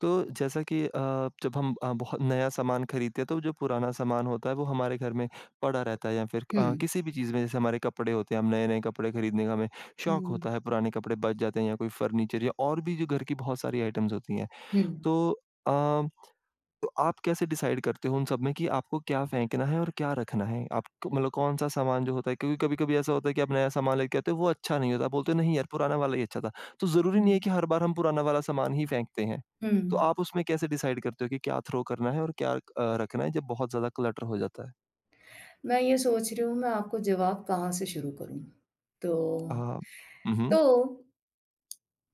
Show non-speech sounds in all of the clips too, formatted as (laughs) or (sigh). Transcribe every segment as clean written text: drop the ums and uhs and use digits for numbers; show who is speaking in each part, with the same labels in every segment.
Speaker 1: तो जैसा कि जब हम बहुत नया सामान खरीदते हैं तो जो पुराना सामान होता है वो हमारे घर में पड़ा रहता है या फिर
Speaker 2: हुँ,
Speaker 1: किसी भी चीज़ में जैसे हमारे कपड़े होते हैं हम नए नए कपड़े खरीदने का हमें शौक
Speaker 2: हुँ,
Speaker 1: होता है पुराने कपड़े बच जाते हैं या कोई फर्नीचर या और भी जो घर की बहुत सारी आइटम्स होती हैं।
Speaker 2: हुँ,
Speaker 1: तो तो आप कैसे डिसाइड करते हो उन सब में कि आपको क्या फेंकना है और क्या रखना है? आप मतलब कौन-सा सामान जो होता है क्योंकि कभी-कभी ऐसा होता है कि आप नया सामान लेके आते हो वो अच्छा नहीं होता, बोलते हो नहीं यार पुराना वाला ही अच्छा था। तो ज़रूरी नहीं
Speaker 2: हुँ,
Speaker 1: है कि हर बार हम पुराना वाला सामान ही फेंकते हैं।
Speaker 2: हुँ।
Speaker 1: तो आप उसमें कैसे डिसाइड करते हो कि क्या थ्रो करना है और क्या रखना है जब बहुत ज़्यादा क्लटर हो जाता है?
Speaker 2: मैं ये सोच रही हूँ मैं आपको जवाब कहाँ से शुरू करूँ? तो
Speaker 1: अ, उहुँ।
Speaker 2: तो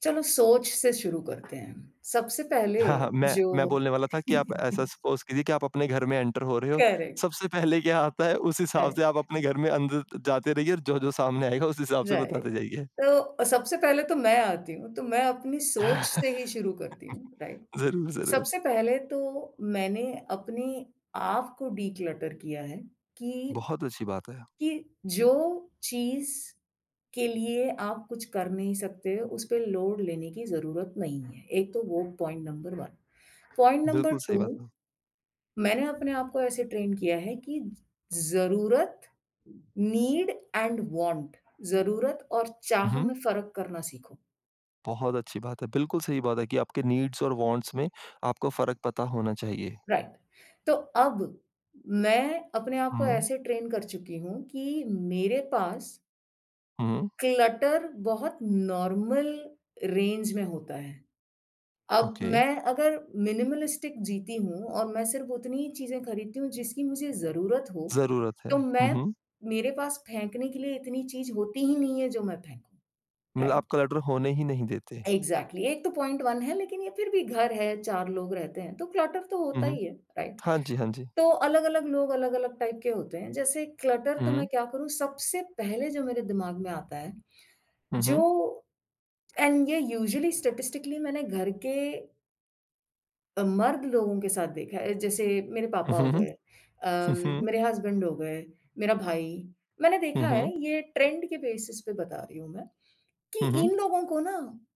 Speaker 2: चलो सोच से शुरू करते हैं। सबसे पहले
Speaker 1: हाँ, हाँ, मैं
Speaker 2: जो
Speaker 1: मैं बोलने वाला था कि आप ऐसा सपोज़ कीजिए कि आप अपने घर में एंटर हो रहे हो,
Speaker 2: करेक्ट,
Speaker 1: सबसे पहले क्या आता है उस हिसाब
Speaker 2: राइट,
Speaker 1: से आप अपने घर में अंदर जाते रहिए और जो-जो सामने आएगा उस हिसाब से
Speaker 2: राइट।
Speaker 1: बताते जाइए।
Speaker 2: तो सबसे पहले तो मैं आती हूँ, तो मैं अपनी सोच से ही शुरू करती हूँ, राइट?
Speaker 1: ज़रूर, ज़रूर।
Speaker 2: सबसे पहले तो मैंने अपने आप को डिक्लटर किया है कि
Speaker 1: बहुत अच्छी बात है।
Speaker 2: कि जो चीज़ के लिए आप कुछ कर नहीं सकते, उस पे लोड लेने की ज़रूरत नहीं है। एक तो वो पॉइंट नंबर 1। पॉइंट नंबर
Speaker 1: बिल्कुल सही बात
Speaker 2: 2
Speaker 1: है।
Speaker 2: मैंने अपने आप को ऐसे ट्रेन किया है कि ज़रूरत, नीड एंड वांट ज़रूरत और चाह
Speaker 1: उहुँ।
Speaker 2: में फ़र्क करना सीखो,
Speaker 1: बहुत अच्छी बात है। बिल्कुल सही बात है कि आपके नीड्स और वांट्स में आपको फ़र्क पता होना चाहिए।
Speaker 2: राइट। तो अब मैं अपने आप को
Speaker 1: हुँ,
Speaker 2: ऐसे ट्रेन कर चुकी हूँ कि मेरे पास
Speaker 1: हुँ।
Speaker 2: क्लटर बहुत नॉर्मल रेंज में होता है। अब
Speaker 1: ओके।
Speaker 2: मैं अगर मिनिमलिस्टिक जीती हूँ और मैं सिर्फ़ उतनी ही चीज़ें खरीदती हूँ जिसकी मुझे ज़रूरत हो,
Speaker 1: ज़रूरत है।
Speaker 2: तो मैं
Speaker 1: उहुँ।
Speaker 2: मेरे पास फेंकने के लिए इतनी चीज़ होती ही नहीं है जो मैं फेंकूँ,
Speaker 1: मतलब
Speaker 2: राइट?
Speaker 1: आप क्लटर होने ही नहीं देते।
Speaker 2: एग्ज़ैक्टली एक तो पॉइंट 1 है लेकिन ये फिर भी घर है, 4 लोग रहते हैं, तो क्लटर तो होता
Speaker 1: उहुँ।
Speaker 2: ही है, राइट?
Speaker 1: हाँ जी, हाँ जी।
Speaker 2: तो अलग-अलग लोग अलग-अलग टाइप के होते हैं, जैसे क्लटर तो
Speaker 1: उहुँ,
Speaker 2: मैं क्या करूँ सबसे पहले जो मेरे दिमाग में आता है,
Speaker 1: उहुँ,
Speaker 2: जो एंड ये यूजुअली स्टैटिस्टिकली मैंने घर के मर्द लोगों के साथ देखा है, जैसे मेरे पापा हो
Speaker 1: उहुँ,
Speaker 2: गए, अम,
Speaker 1: उहुँ,
Speaker 2: मेरे हस्बैंड हो गए, मेरा भाई। मैंने देखा
Speaker 1: उहुँ,
Speaker 2: है ये ट्रेंड के बेसिस पे बता रही हूँ मैं, कि
Speaker 1: उहुँ।
Speaker 2: इन लोगों को ना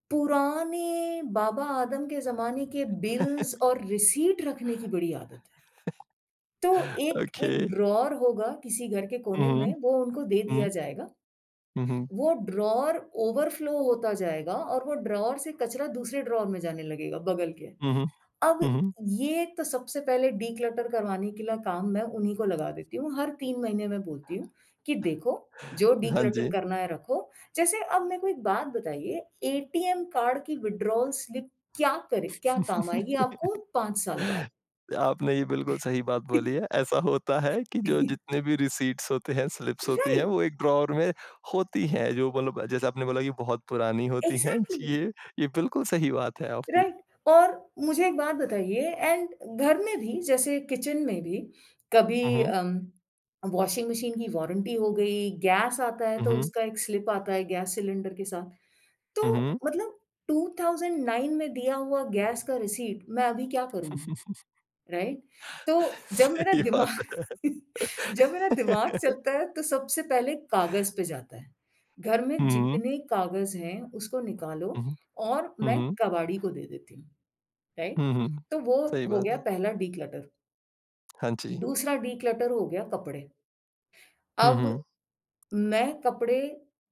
Speaker 2: पुराने बाबा आदम के ज़माने के बिल्स और रिसीट रखने की बड़ी आदत है। तो एक एक
Speaker 1: ओके।
Speaker 2: ड्रॉवर होगा किसी घर के
Speaker 1: हुँ,
Speaker 2: कोने में,
Speaker 1: हुँ,
Speaker 2: वो उनको दे दिया
Speaker 1: हुँ,
Speaker 2: जाएगा।
Speaker 1: हुँ,
Speaker 2: वो ड्रॉवर ओवरफ्लो होता जाएगा और वो ड्रॉवर से कचरा दूसरे ड्रॉवर में जाने लगेगा बगल के।
Speaker 1: हुँ, हुँ,
Speaker 2: अब
Speaker 1: हुँ।
Speaker 2: ये तो सबसे पहले डिक्लटर करवाने के लिए काम मैं उन्हीं को लगा देती हूँ। हर 3 महीने मैं बोलती हूँ कि देखो जो
Speaker 1: हाँ
Speaker 2: डिक्लटर
Speaker 1: जी।
Speaker 2: करना है रखो। जैसे अब मेरे को एक बात बताइए, एटीएम कार्ड की विथड्रॉवल स्लिप क्या करे क्या काम आएगी आपको 5 साल बाद?
Speaker 1: आपने ये बिल्कुल सही बात बोली है। ऐसा होता है कि जो
Speaker 2: (laughs)
Speaker 1: जितने भी रिसीट्स होते हैं, स्लिप्स होती हैं,
Speaker 2: राइट,
Speaker 1: वो एक ड्रॉवर में होती हैं, जो मतलब जैसे आपने बोला कि बहुत पुरानी होती हैं।
Speaker 2: एग्ज़ैक्टली।
Speaker 1: ये ये बिल्कुल सही बात है आपकी।
Speaker 2: राइट और मुझे एक बात बताइए एंड घर में भी जैसे किचन में भी कभी,
Speaker 1: उहुँ,
Speaker 2: वॉशिंग मशीन की वारंटी हो गई, गैस आता है तो
Speaker 1: उहुँ,
Speaker 2: उसका एक स्लिप आता है गैस सिलेंडर के साथ। तो
Speaker 1: उहुँ।
Speaker 2: मतलब 2009 में दिया हुआ गैस का रिसीट मैं अभी क्या करूँगी,
Speaker 1: (laughs)
Speaker 2: राइट? तो जब मेरा
Speaker 1: सही
Speaker 2: दिमाग
Speaker 1: बात है।
Speaker 2: (laughs) जब मेरा दिमाग
Speaker 1: (laughs)
Speaker 2: चलता है तो सबसे पहले कागज़ पे जाता है। घर में
Speaker 1: हुँ,
Speaker 2: जितने कागज़ हैं उसको निकालो
Speaker 1: उहुँ,
Speaker 2: और मैं
Speaker 1: उहुँ,
Speaker 2: कबाड़ी को दे देती हूँ। राइट?
Speaker 1: हुँ, हुँ।
Speaker 2: तो वो
Speaker 1: सही
Speaker 2: हो
Speaker 1: बात
Speaker 2: गया
Speaker 1: है।
Speaker 2: पहला डिक्लटर।
Speaker 1: हाँ जी।
Speaker 2: दूसरा डिक्लटर हो गया कपड़े।
Speaker 1: हुँ,
Speaker 2: अब
Speaker 1: हुँ,
Speaker 2: मैं कपड़े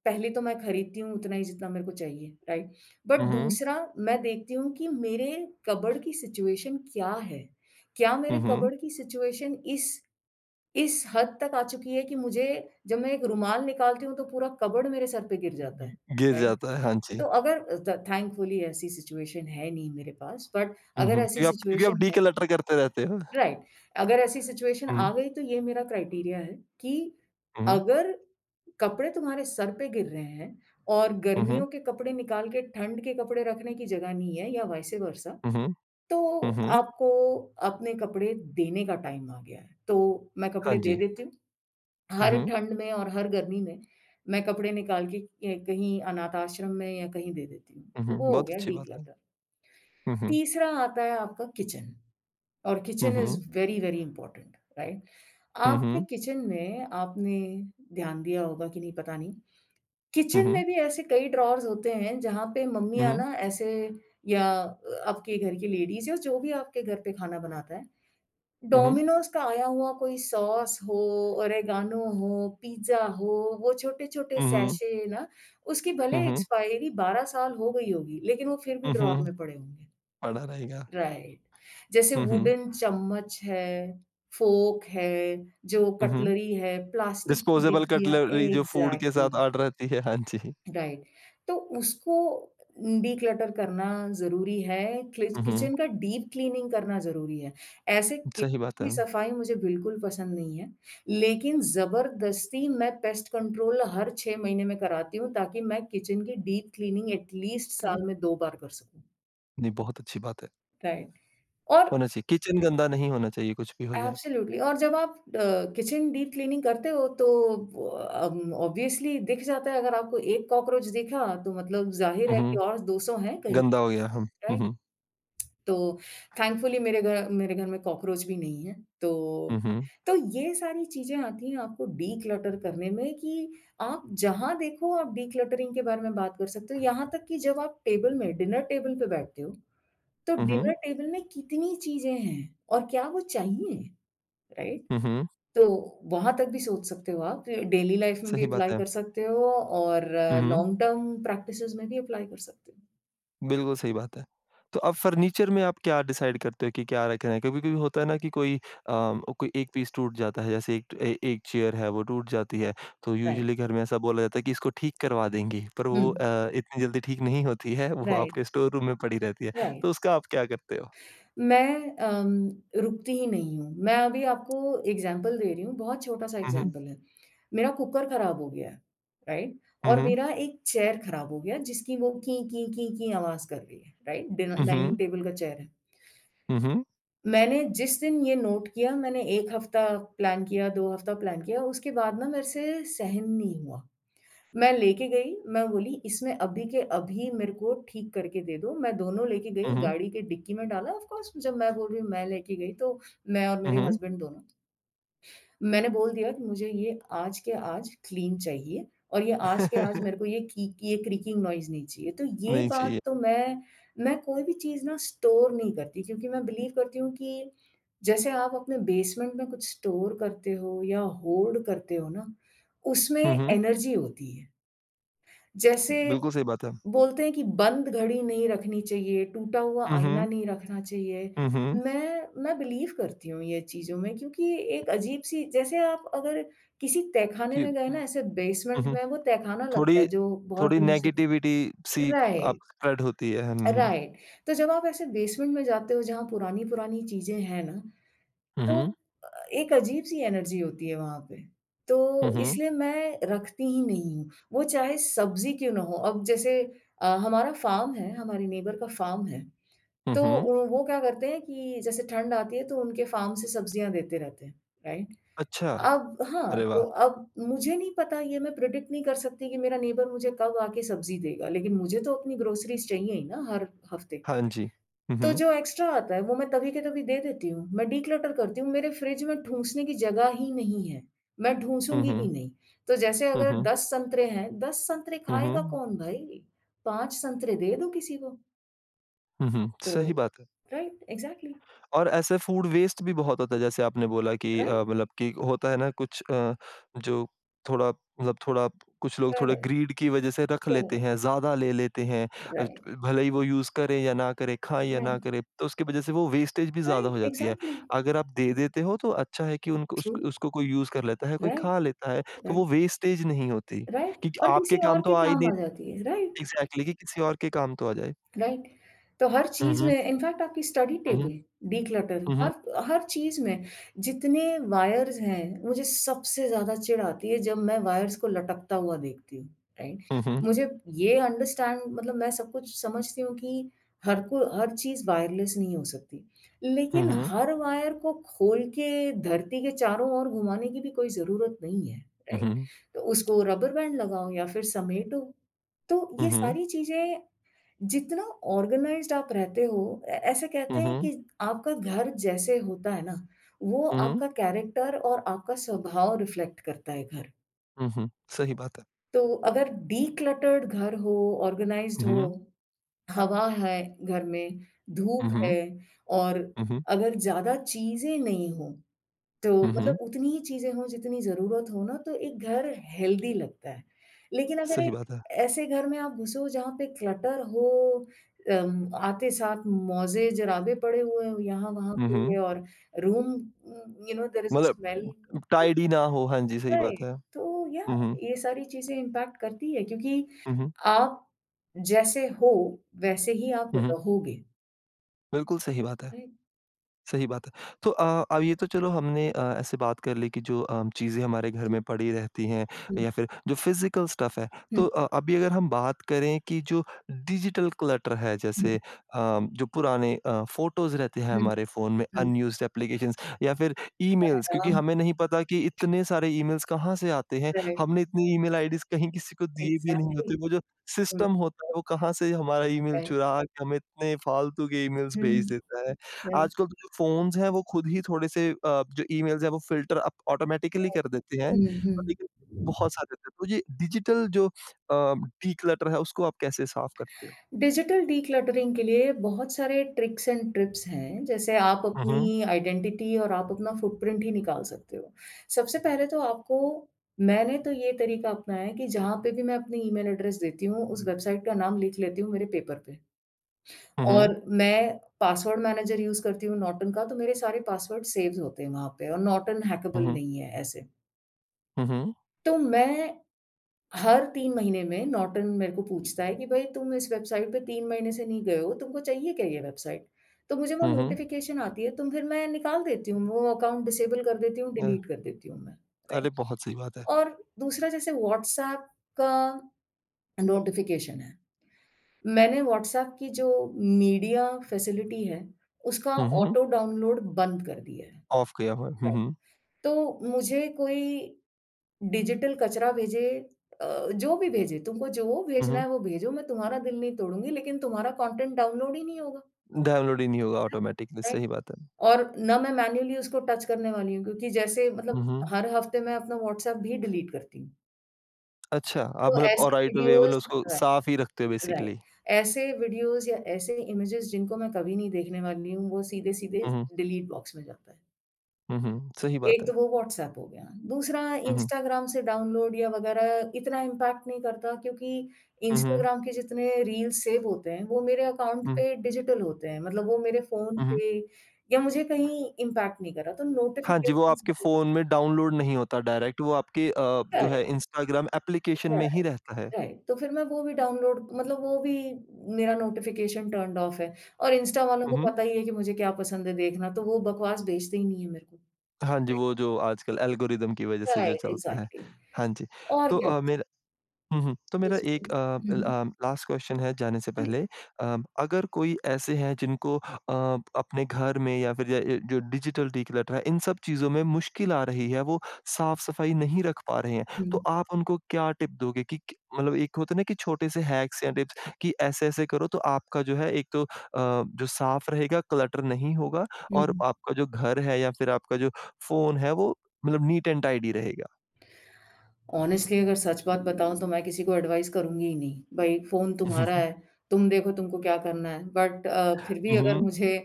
Speaker 2: पहले तो मैं खरीदती हूँ उतना ही जितना मेरे को चाहिए, राइट? बट
Speaker 1: उहुँ,
Speaker 2: दूसरा मैं देखती हूँ कि मेरे कपबोर्ड की सिचुएशन क्या है? क्या मेरे
Speaker 1: उहुँ।
Speaker 2: कपबोर्ड की सिचुएशन इस हद तक आ चुकी है कि मुझे जब मैं एक रुमाल निकालती हूँ तो पूरा कपबोर्ड मेरे सर पे गिर जाता
Speaker 1: ग
Speaker 2: है,
Speaker 1: गिर
Speaker 2: राइट?
Speaker 1: जाता है, हाँ जी।
Speaker 2: तो अगर थ थैंकफुली ऐसी सिचुएशन है नहीं मेरे पास बट
Speaker 1: उहुँ,
Speaker 2: अगर ऐसी
Speaker 1: क्योंकि आप
Speaker 2: सिचुएशन है,
Speaker 1: डीक्लटर करते रहते हो।
Speaker 2: राइट। अगर ऐसी सिचुएशन
Speaker 1: हुँ,
Speaker 2: आ गई तो ये मेरा क्राइटेरिया है कि
Speaker 1: उहुँ,
Speaker 2: अगर कपड़े तुम्हारे सर पे गिर रहे हैं और
Speaker 1: उहुँ,
Speaker 2: गर्मियों के कपड़े निकाल के ठंड के कपड़े रखने की जगह नहीं है या वाइस वर्सा,
Speaker 1: उहुँ। हुँ,
Speaker 2: तो
Speaker 1: हुँ।
Speaker 2: आपको अपने कपड़े देने का टाइम आ गया है। तो मैं
Speaker 1: हाँ
Speaker 2: कपड़े दे
Speaker 1: जी।
Speaker 2: देती हूँ।
Speaker 1: हुँ,
Speaker 2: हर
Speaker 1: हुँ।
Speaker 2: ठंड में और हर गर्मी में मैं कपड़े निकाल के कहीं अनाथ आश्रम में या कहीं दे देती हूँ।
Speaker 1: हुँ,
Speaker 2: तो
Speaker 1: हुँ।
Speaker 2: वो हो
Speaker 1: बहुत
Speaker 2: गया
Speaker 1: अच्छी बात है।
Speaker 2: डिक्लटर।
Speaker 1: हुँ, हुँ।
Speaker 2: तीसरा आता है आपका किचन और
Speaker 1: हुँ,
Speaker 2: kitchen is
Speaker 1: hmm.
Speaker 2: Very, very important, right?
Speaker 1: हुँ,
Speaker 2: आपके
Speaker 1: हुँ।
Speaker 2: किचन में आपने ध्यान दिया होगा कि नहीं पता नहीं,
Speaker 1: हुँ,
Speaker 2: किचन में
Speaker 1: हुँ।
Speaker 2: भी ऐसे कई ड्रॉवर्स होते हैं जहाँ पे
Speaker 1: हुँ,
Speaker 2: मम्मियाँ
Speaker 1: हुँ।
Speaker 2: ना ऐसे या आपके घर की लेडीज़ या जो भी आपके घर पे खाना बनाता है,
Speaker 1: हुँ, हुँ।
Speaker 2: डोमिनोज़ का आया हुआ कोई सॉस हो, ओरेगानो हो, पिज़्ज़ा हो, वो छोटे-छोटे
Speaker 1: हुँ,
Speaker 2: सैशे ना, उसकी भले
Speaker 1: हुँ।
Speaker 2: एक्सपायरी 12 साल हो गई होगी, लेकिन वो फिर भी
Speaker 1: हुँ,
Speaker 2: ड्रॉवर
Speaker 1: हुँ।
Speaker 2: में पड़े होंगे।
Speaker 1: पड़ा रहेगा।
Speaker 2: राइट। जैसे
Speaker 1: हुँ, हुँ।
Speaker 2: वुडन चम्मच है, फ़ोर्क है, जो
Speaker 1: हुँ, हुँ।
Speaker 2: कटलरी है, प्लास्टिक की
Speaker 1: डिस्पोजेबल
Speaker 2: डिब्बियाँ
Speaker 1: कटलरी जो फूड के
Speaker 2: एग्ज़ैक्टली,
Speaker 1: साथ आड़ रहती है। हाँ जी।
Speaker 2: राइट। तो उसको डिक्लटर करना ज़रूरी है, क्लि
Speaker 1: हुँ, हुँ।
Speaker 2: किचन का डीप क्लीनिंग करना ज़रूरी है। ऐसे किचन
Speaker 1: सही बात है।
Speaker 2: की सफाई मुझे बिल्कुल पसंद नहीं है, लेकिन ज़बरदस्ती मैं पेस्ट कंट्रोल हर 6 महीने में कराती हूँ, ताकि मैं किचन की डीप क्लीनिंग एट लीस्ट
Speaker 1: क
Speaker 2: साल में 2 बार कर सकूँ,
Speaker 1: नहीं बहुत अच्छी बात है।
Speaker 2: राइट। और
Speaker 1: होना चाहिए। किचन गंदा नहीं होना चाहिए कुछ भी हो जाए।
Speaker 2: एब्सोल्युटली और जब आप किचन डीप क्लीनिंग करते हो तो ऑब्वियसली दिख जाता है अगर आपको एक कॉकरोच दिखा तो मतलब ज़ाहिर
Speaker 1: हुँ,
Speaker 2: है कि
Speaker 1: हुँ।
Speaker 2: और 200 हैं कहीं,
Speaker 1: गंदा हो गया हम। हुँ,
Speaker 2: राइट?
Speaker 1: हुँ।
Speaker 2: तो थैंकफुली मेरे घर में कॉकरोच भी नहीं है। तो
Speaker 1: हुँ, हुँ।
Speaker 2: तो ये सारी चीज़ें आती हैं आपको डिक्लटर करने में कि आप जहाँ देखो आप डिक्लटरिंग के बारे में बात कर सकते हो। यहाँ तक कि जब आप टेबल में डिनर टेबल पे बैठते हो, तो
Speaker 1: हुँ, हुँ।
Speaker 2: डिनर टेबल में कितनी चीज़ें हैं और क्या वो चाहिए, राइट?
Speaker 1: हुँ, हुँ।
Speaker 2: तो वहाँ तक भी सोच सकते हो आप, डेली लाइफ में भी
Speaker 1: सही बात
Speaker 2: अप्लाई
Speaker 1: है।
Speaker 2: कर सकते हो और
Speaker 1: हुँ, हुँ।
Speaker 2: लॉन्ग टर्म प्रैक्टिसेज़ में भी अप्लाई कर सकते हो।
Speaker 1: बिल्कुल सही बात है। तो अब फर्नीचर में आप क्या डिसाइड करते हो कि क्या रखना है? कभी-कभी होता है ना कि कोई कोई एक पीस टूट जाता है जैसे एक ए एक चेयर है वो टूट जाती है, तो
Speaker 2: राइट,
Speaker 1: यूजुअली घर में ऐसा बोला जाता है कि इसको ठीक करवा देंगे, पर
Speaker 2: हुँ,
Speaker 1: वो इतनी जल्दी ठीक नहीं होती है, वो
Speaker 2: राइट,
Speaker 1: आपके स्टोर रूम में पड़ी रहती है, तो
Speaker 2: राइट।
Speaker 1: उसका आप क्या करते हो?
Speaker 2: मैं रुकती ही नहीं हूँ। मैं अभी आपको एग्ज़ाम्पल दे रही हूँ, बहुत छोटा-सा
Speaker 1: हुँ, हुँ।
Speaker 2: एग्ज़ाम्पल है। मेरा कुकर खराब हो गया है, राइट?
Speaker 1: हुँ,
Speaker 2: और
Speaker 1: हुँ।
Speaker 2: मेरा एक चेयर खराब हो गया जिसकी वो की आवाज़ कर रही है, राइट? डिन
Speaker 1: हुँ,
Speaker 2: डाइनिंग
Speaker 1: हुँ।
Speaker 2: टेबल का चेयर है।
Speaker 1: हुँ, हुँ।
Speaker 2: मैंने जिस दिन ये नोट किया, मैंने 1 हफ़्ता प्लान किया, 2 हफ़्ता प्लान किया, उसके बाद ना मेरे से सहन नहीं हुआ। मैं लेके गई, मैं बोली इसमें अभी के अभी मेरे को ठीक करके दे दो। मैं दोनों लेके
Speaker 1: हुँ,
Speaker 2: गई,
Speaker 1: हुँ।
Speaker 2: गाड़ी के डिक्की में डाला ऑफ कोर्स जब मैं बोल रही हूँ मैं लेके गई तो मैं और
Speaker 1: हुँ,
Speaker 2: मेरे
Speaker 1: हुँ।
Speaker 2: हस्बैंड दोनों। मैंने बोल दिया कि मुझे ये आज के आज क्लीन चाहिए और ये आज के आज मेरे
Speaker 1: (laughs)
Speaker 2: को ये की ये क्रीकिंग नॉइज़ नहीं चाहिए। तो ये
Speaker 1: नहीं
Speaker 2: बात
Speaker 1: चाहिए।
Speaker 2: तो मैं कोई भी चीज़ ना स्टोर नहीं करती क्योंकि मैं बिलीव करती हूँ कि जैसे आप अपने बेसमेंट में कुछ स्टोर करते हो या होर्ड करते हो ना, उसमें
Speaker 1: हुँ, हुँ।
Speaker 2: एनर्जी होती है। जैसे
Speaker 1: बिल्कुल सही बात है।
Speaker 2: बोलते हैं कि बंद घड़ी नहीं रखनी चाहिए, टूटा हुआ
Speaker 1: हुँ,
Speaker 2: आईना
Speaker 1: हुँ।
Speaker 2: नहीं रखना चाहिए।
Speaker 1: हुँ, हुँ।
Speaker 2: मैं बिलीव करती हूँ ये चीज़ों में क्योंकि एक अजीब-सी जैसे आप अगर किसी तहखाने
Speaker 1: कि
Speaker 2: में गए ना ऐसे
Speaker 1: हुँ,
Speaker 2: बेसमेंट
Speaker 1: हुँ।
Speaker 2: में वो तहखाना लगता है
Speaker 1: थोड़ी
Speaker 2: जो बहुत
Speaker 1: थोड़ी
Speaker 2: दिनों से नहीं,
Speaker 1: नेगेटिविटी सी अब
Speaker 2: राइट,
Speaker 1: स्प्रेड होती है। हुँ,
Speaker 2: राइट। तो जब आप ऐसे बेसमेंट में जाते हो जहाँ पुरानी-पुरानी चीज़ें हैं ना, तो
Speaker 1: हुँ।
Speaker 2: एक अजीब-सी एनर्जी होती है वहाँ पे। तो
Speaker 1: हुँ, हुँ। हुँ, हुँ।
Speaker 2: इसलिए मैं रखती ही नहीं हूँ, वो चाहे सब्ज़ी क्यों ना हो। अब जैसे हमारा फ़ार्म है, हमारे नेबर का फ़ार्म है,
Speaker 1: हुँ,
Speaker 2: तो
Speaker 1: हुँ।
Speaker 2: उ वो क्या करते हैं कि जैसे ठंड आती है तो उनके फ़ार्म से सब्ज़ियाँ देते रहते हैं, राइट?
Speaker 1: अच्छा,
Speaker 2: अब हाँ,
Speaker 1: अरे
Speaker 2: तो
Speaker 1: वाह!
Speaker 2: अब मुझे नहीं पता ये मैं प्रेडिक्ट नहीं कर सकती कि मेरा नेबर मुझे कब आके सब्ज़ी देगा, लेकिन मुझे तो अपनी ग्रोसरीज़ चाहिए ही ना हर हफ़्ते।
Speaker 1: हाँ जी। हुँ,
Speaker 2: तो
Speaker 1: हुँ।
Speaker 2: जो एक्स्ट्रा आता है वो मैं तभी के तभी दे देती हूँ। मैं डिक्लटर करती हूँ, मेरे फ्रिज में ढूँसने की जगह ही नहीं है। मैं
Speaker 1: हुँ,
Speaker 2: ढूँसूँगी भी
Speaker 1: हुँ।
Speaker 2: नहीं। तो जैसे
Speaker 1: हुँ,
Speaker 2: अगर
Speaker 1: हुँ।
Speaker 2: 10 संतरे हैं, 10 संतरे
Speaker 1: हुँ,
Speaker 2: खाएगा
Speaker 1: हुँ।
Speaker 2: कौन भाई? 5 संतरे दे दो किसी को।
Speaker 1: हुँ, हुँ।
Speaker 2: तो
Speaker 1: सही बात है।
Speaker 2: राइट एग्ज़ैक्टली
Speaker 1: और ऐसे फूड वेस्ट भी बहुत होता है जैसे आपने बोला कि
Speaker 2: राइट,
Speaker 1: मतलब कि होता है ना कुछ जो थोड़ा कुछ लोग थोड़ा
Speaker 2: करेक्ट,
Speaker 1: ग्रीड की वजह से रख लेते
Speaker 2: करेक्ट,
Speaker 1: हैं, ज़्यादा ले लेते हैं। अ,
Speaker 2: राइट,
Speaker 1: भले ही वो यूज़ करें या ना करें, खाएँ या ना
Speaker 2: राइट,
Speaker 1: करें, तो उसकी वजह से वो वेस्टेज भी ज़्यादा हो
Speaker 2: राइट
Speaker 1: जाती है।
Speaker 2: एग्ज़ैक्टली,
Speaker 1: अगर आप दे देते हो तो अच्छा है कि उनको उस
Speaker 2: ट्रू,
Speaker 1: उसको कोई यूज़ कर लेता है, कोई
Speaker 2: राइट,
Speaker 1: खा लेता है, तो
Speaker 2: राइट,
Speaker 1: वो वेस्टेज नहीं होती
Speaker 2: राइट
Speaker 1: कि
Speaker 2: और
Speaker 1: आपके
Speaker 2: किसी और
Speaker 1: काम तो
Speaker 2: के
Speaker 1: आ ही
Speaker 2: काम
Speaker 1: नहीं।
Speaker 2: आ जाती है, राइट।
Speaker 1: एग्ज़ैक्टली कि किसी और के काम तो आ जाए।
Speaker 2: राइट? तो हर
Speaker 1: हुँ,
Speaker 2: चीज़ में
Speaker 1: हुँ।
Speaker 2: इनफैक्ट आपकी स्टडी
Speaker 1: हुँ, हुँ।
Speaker 2: टेबल, डिक्लटर
Speaker 1: हुँ, हुँ।
Speaker 2: हर हर चीज़ में जितने वायर्स हैं, मुझे सबसे ज़्यादा चिढ़ आती है जब मैं वायर्स को लटकता हुआ देखती हूँ, राइट?
Speaker 1: हुँ, हुँ।
Speaker 2: मुझे ये अंडरस्टैंड मतलब मैं सब कुछ समझती हूँ कि हर चीज़ वायरलेस नहीं हो सकती।
Speaker 1: हुँ,
Speaker 2: लेकिन
Speaker 1: हुँ।
Speaker 2: हर वायर को खोल के धरती के चारों ओर घुमाने की भी कोई ज़रूरत नहीं है,
Speaker 1: हुँ,
Speaker 2: राइट?
Speaker 1: हुँ।
Speaker 2: तो उसको रबर बैंड लगाओ या फिर समेटो। तो
Speaker 1: हुँ,
Speaker 2: ये
Speaker 1: हुँ।
Speaker 2: सारी चीज़ें जितना ऑर्गेनाइज्ड आप रहते हो ऐ ऐसे कहते हैं
Speaker 1: उहुँ,
Speaker 2: कि आपका घर जैसे होता है ना, वो
Speaker 1: उहुँ,
Speaker 2: आपका कैरेक्टर और आपका स्वभाव रिफ्लेक्ट करता है घर।
Speaker 1: उहुँ, सही बात है।
Speaker 2: तो अगर डिक्लटर्ड घर हो, ऑर्गेनाइज्ड हो,
Speaker 1: उहुँ,
Speaker 2: हवा है घर में, धूप है
Speaker 1: उहुँ,
Speaker 2: और
Speaker 1: उहुँ,
Speaker 2: अगर ज़्यादा चीज़ें नहीं हों तो
Speaker 1: उहुँ,
Speaker 2: मतलब उतनी ही चीज़ें हों जितनी ज़रूरत हो ना तो एक घर हेल्दी लगता है। लेकिन अगर
Speaker 1: सही
Speaker 2: एक
Speaker 1: बात है।
Speaker 2: ऐसे घर में आप घुसो जहाँ पे क्लटर हो, आते-साथ मोज़े, जराबे पड़े हुए हों यहाँ-वहाँ
Speaker 1: उहुँ,
Speaker 2: पे और रूम देयर इज़ अ
Speaker 1: मतलब
Speaker 2: स्मेल,
Speaker 1: टाइडी ना हो, हाँ जी, सही बात
Speaker 2: राइट,
Speaker 1: है।
Speaker 2: तो या
Speaker 1: उहुँ,
Speaker 2: ये सारी चीज़ें इम्पैक्ट करती है क्योंकि
Speaker 1: उहुँ,
Speaker 2: आप जैसे हो वैसे ही आप
Speaker 1: उहुँ,
Speaker 2: रहोगे,
Speaker 1: बिल्कुल सही बात है।
Speaker 2: राइट?
Speaker 1: सही बात है। तो अब ये तो चलो हमने ऐसे बात कर ली कि जो चीज़ें हमारे घर
Speaker 2: जी,
Speaker 1: में पड़ी रहती हैं
Speaker 2: हुँ,
Speaker 1: या फिर जो फिज़िकल स्टफ़ है।
Speaker 2: हुँ,
Speaker 1: तो अभी अगर हम बात करें कि जो डिजिटल क्लटर है
Speaker 2: हुँ,
Speaker 1: जैसे जो पुराने फ़ोटोज़ रहते हैं
Speaker 2: हुँ,
Speaker 1: हमारे फ़ोन में
Speaker 2: हुँ,
Speaker 1: अनयूज़्ड एप्लीकेशंस या फिर ईमेल्स क्योंकि
Speaker 2: आराम
Speaker 1: हमें नहीं पता कि इतने सारे ईमेल्स कहाँ से आते हैं।
Speaker 2: राइट,
Speaker 1: हमने इतनी ईमेल आईडीज़ कहीं किसी को दिए भी नहीं
Speaker 2: एग्ज़ैक्टली
Speaker 1: होते। वो जो
Speaker 2: हुँ,
Speaker 1: सिस्टम होता है वो कहाँ से हमारा ईमेल
Speaker 2: राइट।
Speaker 1: चुरा के हमें इतने फ़ालतू के ईमेल्स भेज
Speaker 2: हुँ,
Speaker 1: देता है।
Speaker 2: राइट,
Speaker 1: आजकल तो जो फ़ोन्स हैं वो खुद ही थोड़े-से जो ईमेल्स हैं वो फ़िल्टर अप ऑटोमैटिकली
Speaker 2: राइट।
Speaker 1: कर देते हैं।
Speaker 2: हुँ,
Speaker 1: पर
Speaker 2: हुँ।
Speaker 1: लेकिन बहुत सारे थे, तो ये डिजिटल जो डिक्लटर है उसको आप कैसे साफ़ करते हो?
Speaker 2: डिजिटल डिक्लटरिंग के लिए बहुत सारे ट्रिक्स एंड ट्रिप्स हैं, जैसे आप
Speaker 1: हुँ,
Speaker 2: अपनी
Speaker 1: हुँ।
Speaker 2: आइडेंटिटी और आप अपना फुटप्रिंट ही निकाल सकते हो। सबसे पहले तो आपको मैंने तो ये तरीका अपनाया है कि जहाँ पे भी मैं अपनी ईमेल एड्रेस देती हूँ, उस वेबसाइट का नाम लिख लेती हूँ मेरे पेपर पे
Speaker 1: हुँ, हुँ।
Speaker 2: और मैं पासवर्ड मैनेजर यूज़ करती हूँ नॉर्टन का, तो मेरे सारे पासवर्ड सेव्स होते हैं वहाँ पे और नॉर्टन
Speaker 1: हुँ,
Speaker 2: हैकेबल
Speaker 1: हुँ।
Speaker 2: नहीं है ऐसे।
Speaker 1: हुँ, हुँ।
Speaker 2: तो मैं हर 3 महीने में नॉर्टन मेरे को पूछता है कि भई तुम इस वेबसाइट पे 3 महीने से नहीं गए हो, तुमको चाहिए क्या ये वेबसाइट? तो मुझे वो
Speaker 1: हुँ, हुँ।
Speaker 2: नोटिफ़िकेशन आती है, तो फिर मैं निकाल देती हूँ, वो अकाउंट डिसेबल कर देती हूँ,
Speaker 1: अ,
Speaker 2: डिलीट कर देती हूँ मैं, राइट।
Speaker 1: अरे! बहुत सही बात है।
Speaker 2: और दूसरा जैसे व्हाट्सऐप का नोटिफ़िकेशन है, मैंने व्हाट्सऐप की जो मीडिया फैसिलिटी है, उसका
Speaker 1: हुँ, हुँ।
Speaker 2: ऑटो डाउनलोड बंद कर दिया है,
Speaker 1: ऑफ किया हुआ है। हुँ,
Speaker 2: राइट।
Speaker 1: हुँ।
Speaker 2: तो मुझे कोई डिजिटल कचरा भेजे, अ, जो भी भेजे, तुमको जो
Speaker 1: हुँ,
Speaker 2: भेजना
Speaker 1: हुँ।
Speaker 2: है वो भेजो, मैं तुम्हारा दिल नहीं तोड़ूँगी लेकिन तुम्हारा कंटेंट डाउनलोड ही नहीं होगा।
Speaker 1: डाउनलोड ही नहीं होगा
Speaker 2: एग्ज़ैक्टली।
Speaker 1: Automatically,
Speaker 2: right?
Speaker 1: सही बात है।
Speaker 2: और ना मैं मैन्युअली उसको टच करने वाली हूँ क्योंकि जैसे
Speaker 1: हुँ,
Speaker 2: मतलब
Speaker 1: हुँ।
Speaker 2: हर हफ्ते मैं अपना व्हाट्सएप भी डिलीट करती हूँ।
Speaker 1: अच्छा, आप
Speaker 2: तो
Speaker 1: मतलब
Speaker 2: ऐसे
Speaker 1: और राइट अवे मतलब
Speaker 2: वीडियोज़
Speaker 1: उसको
Speaker 2: राइट,
Speaker 1: साफ़ ही रखते हो
Speaker 2: राइट।
Speaker 1: बेसिकली।
Speaker 2: ऐसे वीडियोज़ या ऐसे इमेजेस जिनको मैं कभी नहीं देखने वाली हूँ, वो सीधे-सीधे
Speaker 1: हुँ, हुँ।
Speaker 2: डिलीट बॉक्स में जाता है।
Speaker 1: हुँ, हुँ। सही बात
Speaker 2: एक
Speaker 1: है।
Speaker 2: तो वो व्हाट्सएप हो गया, दूसरा
Speaker 1: हुँ, हुँ।
Speaker 2: इंस्टाग्राम से डाउनलोड या वग़ैरह इतना इम्पैक्ट नहीं करता क्योंकि
Speaker 1: हुँ, हुँ।
Speaker 2: इंस्टाग्राम के जितने रील्स सेव होते हैं, वो मेरे अकाउंट
Speaker 1: हुँ, हुँ,
Speaker 2: पे डिजिटल होते हैं, मतलब वो मेरे फ़ोन
Speaker 1: हुँ।
Speaker 2: पे या मुझे कहीं इम्पैक्ट नहीं कर रहा, तो
Speaker 1: हाँ जी, वो
Speaker 2: नोटिफ़िकेशंस
Speaker 1: आपके
Speaker 2: वग़ैरह
Speaker 1: फ़ोन में डाउनलोड नहीं होता डायरेक्ट वो आपके जो
Speaker 2: राइट,
Speaker 1: है इंस्टाग्राम एप्लीकेशन में ही
Speaker 2: राइट,
Speaker 1: रहता है।
Speaker 2: राइट, तो फिर मैं वो भी मेरा नोटिफ़िकेशन टर्न्ड ऑफ है और इंस्टा वालों
Speaker 1: हुँ,
Speaker 2: को
Speaker 1: हुँ।
Speaker 2: पता ही है कि मुझे क्या पसंद है देखना, तो वो बकवास भेजते ही नहीं है मेरे को।
Speaker 1: हाँ जी,
Speaker 2: राइट,
Speaker 1: वो जो आजकल एल्गोरिदम की वज़ह से जो
Speaker 2: राइट,
Speaker 1: चलता है।
Speaker 2: एग्ज़ैक्टली
Speaker 1: हाँ जी,
Speaker 2: और
Speaker 1: तो
Speaker 2: क्या,
Speaker 1: मेरा हुँ, हुँ। तो मेरा एक
Speaker 2: हुँ, हुँ।
Speaker 1: लास्ट क्वेश्चन है जाने से
Speaker 2: हुँ,
Speaker 1: पहले अगर कोई ऐसे हैं जिनको अपने घर में या फिर य जो डिजिटल डिक्लटर है, इन सब चीज़ों में मुश्किल आ रही है, वो साफ-सफाई नहीं रख पा रहे हैं, तो आप उनको क्या टिप दोगे कि क मतलब एक होता है ना कि छोटे से हैक्स या टिप्स कि ऐसे-ऐसे करो तो आपका जो है एक तो जो साफ रहेगा, क्लटर नहीं होगा
Speaker 2: हुँ,
Speaker 1: और
Speaker 2: हुँ।
Speaker 1: आपका जो घर है या फिर आपका जो फ़ोन है, वो मतलब नीट एंड टाइडी रहेगा?
Speaker 2: ऑनेस्टली अगर सच बात बताऊँ तो मैं किसी को एडवाइस करूँगी ही नहीं। भई फ़ोन तुम्हारा है,
Speaker 1: (laughs)
Speaker 2: तुम देखो तुमको क्या करना है। बट फिर भी
Speaker 1: हुँ,
Speaker 2: अगर
Speaker 1: हुँ।
Speaker 2: मुझे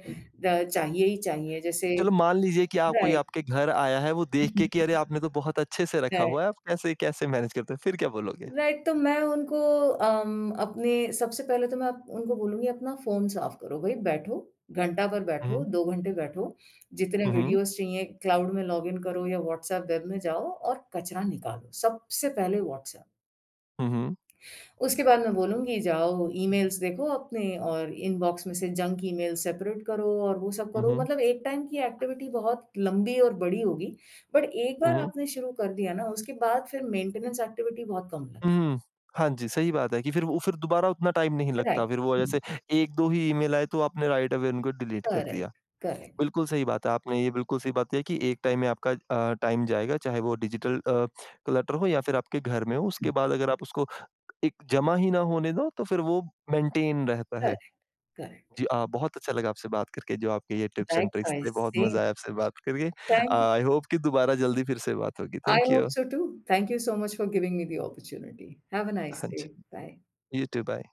Speaker 2: द चाहिए ही चाहिए जैसे
Speaker 1: चलो मान लीजिए कि आप कोई
Speaker 2: राइट,
Speaker 1: आपके घर आया है वो देख के कि अरे आपने तो बहुत अच्छे से रखा
Speaker 2: राइट,
Speaker 1: हुआ है, आप कैसे कैसे मैनेज करते हो? फिर क्या बोलोगे?
Speaker 2: राइट तो मैं उनको अम, अपने सबसे पहले उनको बोलूँगी अपना फ़ोन साफ़ करो भई बैठो, घंटा भर बैठो,
Speaker 1: हुँ,
Speaker 2: 2 घंटे बैठो, जितने
Speaker 1: हुँ,
Speaker 2: वीडियोज़ चाहिए क्लाउड में लॉगिन करो या व्हाट्सएप वेब में जाओ और कचरा निकालो, सबसे पहले व्हाट्सएप।
Speaker 1: हुँ,
Speaker 2: उसके बाद मैं बोलूँगी जाओ ईमेल्स देखो अपने और इनबॉक्स में से जंक ईमेल सेपरेट करो और वो सब करो
Speaker 1: हुँ,
Speaker 2: मतलब एक टाइम की एक्टिविटी बहुत लंबी और बड़ी होगी। बट एक बार
Speaker 1: हुँ,
Speaker 2: आपने शुरू कर दिया ना उसके बाद फिर मेंटेनेंस एक्टिविटी बहुत कम लगती
Speaker 1: हुँ। हाँ जी, सही बात है कि फिर वो फिर दोबारा उतना टाइम नहीं
Speaker 2: है। राइट।
Speaker 1: लगता। फिर वो
Speaker 2: हुँ।
Speaker 1: जैसे 1-2 ही ईमेल आए तो आपने राइट अवे उनको डिलीट कर
Speaker 2: करेक्ट,
Speaker 1: दिया।
Speaker 2: करेक्ट,
Speaker 1: बिल्कुल सही बात है, आपने ये बिल्कुल सही बात है कि एक टाइम में आपका टाइम जाएगा चाहे वो डिजिटल क्लटर हो या फिर आपके घर में हो, उसके बाद अगर आप उसको एक जमा ही ना होने दो तो फिर वो मेंटेन रहता है।
Speaker 2: Correct, correct.
Speaker 1: जी बहुत अच्छा लगा आपसे बात करके, जो आपके ये टिप्स एंड ट्रिक्स
Speaker 2: लाइकवाइज़
Speaker 1: थे, बहुत
Speaker 2: सेम,
Speaker 1: मज़ा आया आपसे बात करके।
Speaker 2: Thank you.
Speaker 1: आई होप कि दोबारा जल्दी फिर से बात होगी।
Speaker 2: I
Speaker 1: thank
Speaker 2: hope
Speaker 1: you.
Speaker 2: So too. Thank you so much for giving me the opportunity. Have a nice
Speaker 1: हाँ
Speaker 2: डे।
Speaker 1: जी।
Speaker 2: बाय।
Speaker 1: You too bye.